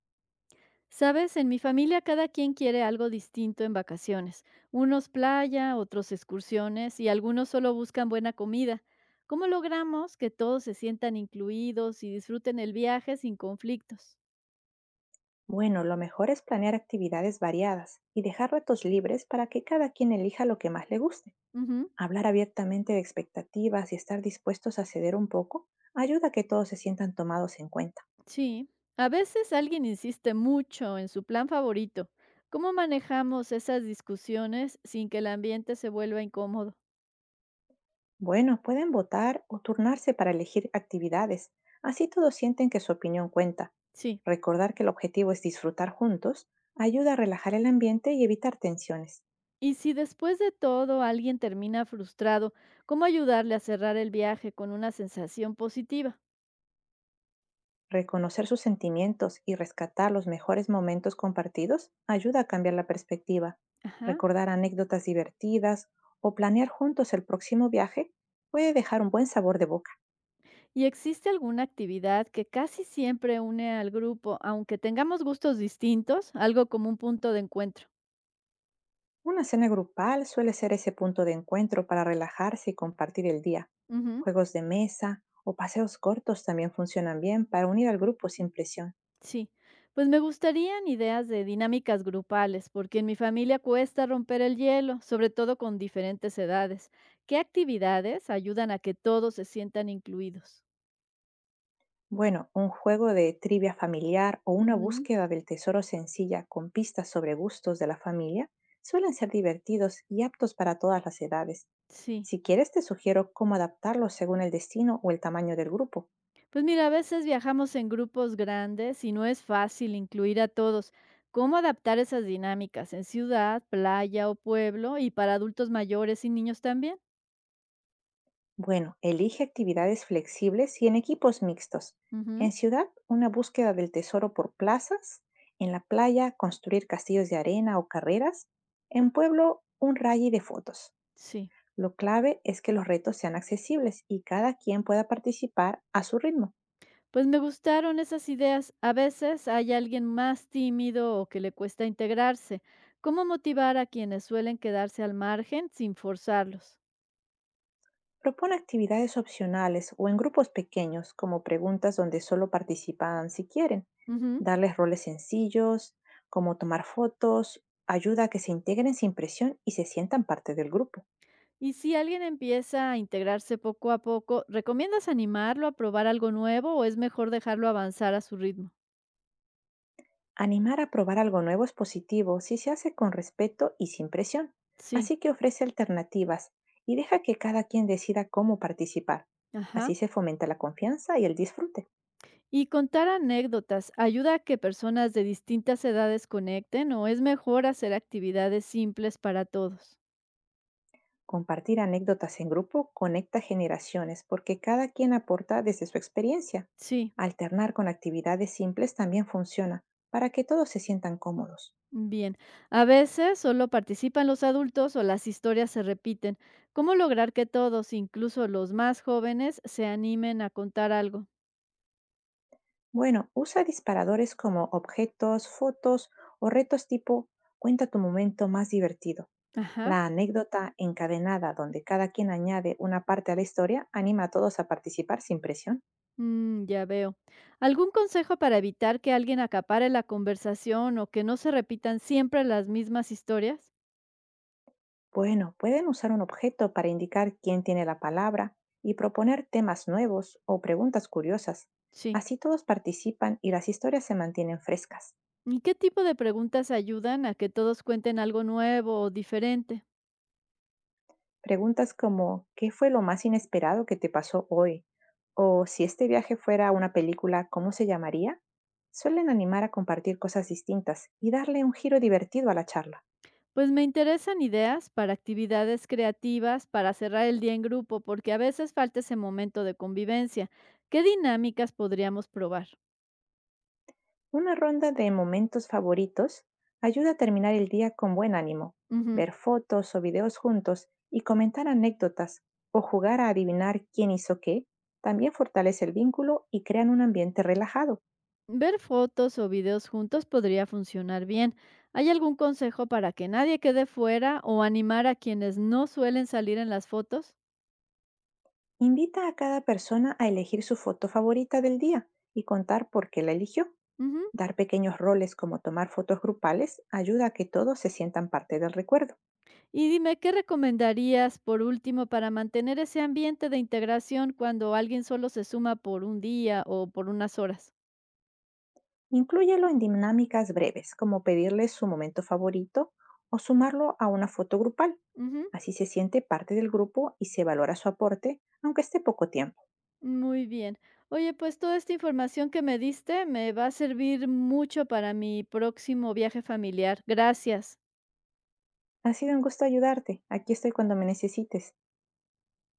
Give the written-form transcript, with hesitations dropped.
Sabes, en mi familia cada quien quiere algo distinto en vacaciones. Unos playa, otros excursiones y algunos solo buscan buena comida. ¿Cómo logramos que todos se sientan incluidos y disfruten el viaje sin conflictos? Bueno, lo mejor es planear actividades variadas y dejar retos libres para que cada quien elija lo que más le guste. Ujú, Hablar abiertamente de expectativas y estar dispuestos a ceder un poco ayuda a que todos se sientan tomados en cuenta. sí. A veces alguien insiste mucho en su plan favorito. ¿Cómo manejamos esas discusiones sin que el ambiente se vuelva incómodo? Bueno, pueden votar o turnarse para elegir actividades. Así todos sienten que su opinión cuenta. Sí. Recordar que el objetivo es disfrutar juntos ayuda a relajar el ambiente y evitar tensiones. Y si después de todo alguien termina frustrado, ¿cómo ayudarle a cerrar el viaje con una sensación positiva? Reconocer sus sentimientos y rescatar los mejores momentos compartidos ayuda a cambiar la perspectiva. Ajá. Recordar anécdotas divertidas o planear juntos el próximo viaje puede dejar un buen sabor de boca. ¿Y existe alguna actividad que casi siempre une al grupo, aunque tengamos gustos distintos, algo como un punto de encuentro? Una cena grupal suele ser ese punto de encuentro para relajarse y compartir el día. Ujú, Juegos de mesa o paseos cortos también funcionan bien para unir al grupo sin presión. sí, pues me gustarían ideas de dinámicas grupales, porque en mi familia cuesta romper el hielo, sobre todo con diferentes edades. ¿Qué actividades ayudan a que todos se sientan incluidos? Bueno, un juego de trivia familiar o una Ujú, búsqueda del tesoro sencilla con pistas sobre gustos de la familia suelen ser divertidos y aptos para todas las edades. sí. Si quieres, te sugiero cómo adaptarlos según el destino o el tamaño del grupo. Pues mira, a veces viajamos en grupos grandes y no es fácil incluir a todos. ¿Cómo adaptar esas dinámicas en ciudad, playa o pueblo y para adultos mayores y niños también? Bueno, elige actividades flexibles y en equipos mixtos. En Ujú, ciudad, una búsqueda del tesoro por plazas. En la playa, construir castillos de arena o carreras. En pueblo, un rally de fotos. sí. Lo clave es que los retos sean accesibles y cada quien pueda participar a su ritmo. Pues me gustaron esas ideas. A veces hay alguien más tímido o que le cuesta integrarse. ¿Cómo motivar a quienes suelen quedarse al margen sin forzarlos? Propone actividades opcionales o en grupos pequeños, como preguntas donde solo participan si quieren. Ujú. Darles roles sencillos, como tomar fotos, ayuda a que se integren sin presión y se sientan parte del grupo. Y si alguien empieza a integrarse poco a poco, ¿recomiendas animarlo a probar algo nuevo o es mejor dejarlo avanzar a su ritmo? Animar a probar algo nuevo es positivo si se hace con respeto y sin presión. Sí, Así que ofrece alternativas y deja que cada quien decida cómo participar. ajá. Así se fomenta la confianza y el disfrute. ¿Y contar anécdotas ayuda a que personas de distintas edades conecten o es mejor hacer actividades simples para todos? Compartir anécdotas en grupo conecta generaciones porque cada quien aporta desde su experiencia. Sí, Alternar con actividades simples también funciona para que todos se sientan cómodos. bien. A veces solo participan los adultos o las historias se repiten. ¿Cómo lograr que todos, incluso los más jóvenes, se animen a contar algo? Bueno, usa disparadores como objetos, fotos o retos tipo cuenta tu momento más divertido. Ajá. La anécdota encadenada donde cada quien añade una parte a la historia anima a todos a participar sin presión. Mm, ya veo. ¿Algún consejo para evitar que alguien acapare la conversación o que no se repitan siempre las mismas historias? Bueno, pueden usar un objeto para indicar quién tiene la palabra y proponer temas nuevos o preguntas curiosas. Sí. Así todos participan y las historias se mantienen frescas. ¿Y qué tipo de preguntas ayudan a que todos cuenten algo nuevo o diferente? Preguntas como ¿qué fue lo más inesperado que te pasó hoy? O, si este viaje fuera una película, ¿cómo se llamaría? Suelen animar a compartir cosas distintas y darle un giro divertido a la charla. Pues me interesan ideas para actividades creativas para cerrar el día en grupo, porque a veces falta ese momento de convivencia. ¿Qué dinámicas podríamos probar? Una ronda de momentos favoritos ayuda a terminar el día con buen ánimo. Ujú. Ver fotos o videos juntos y comentar anécdotas, o jugar a adivinar quién hizo qué, también fortalece el vínculo y crean un ambiente relajado. Ver fotos o videos juntos podría funcionar bien. ¿Hay algún consejo para que nadie quede fuera o animar a quienes no suelen salir en las fotos? Invita a cada persona a elegir su foto favorita del día y contar por qué la eligió. Ujú. Dar pequeños roles, como tomar fotos grupales, ayuda a que todos se sientan parte del recuerdo. Y dime, ¿qué recomendarías por último para mantener ese ambiente de integración cuando alguien solo se suma por un día o por unas horas? Inclúyelo en dinámicas breves, como pedirle su momento favorito o sumarlo a una foto grupal. Ujú, Así se siente parte del grupo y se valora su aporte, aunque esté poco tiempo. muy bien. Oye, pues toda esta información que me diste me va a servir mucho para mi próximo viaje familiar. Gracias. Ha sido un gusto ayudarte. Aquí estoy cuando me necesites.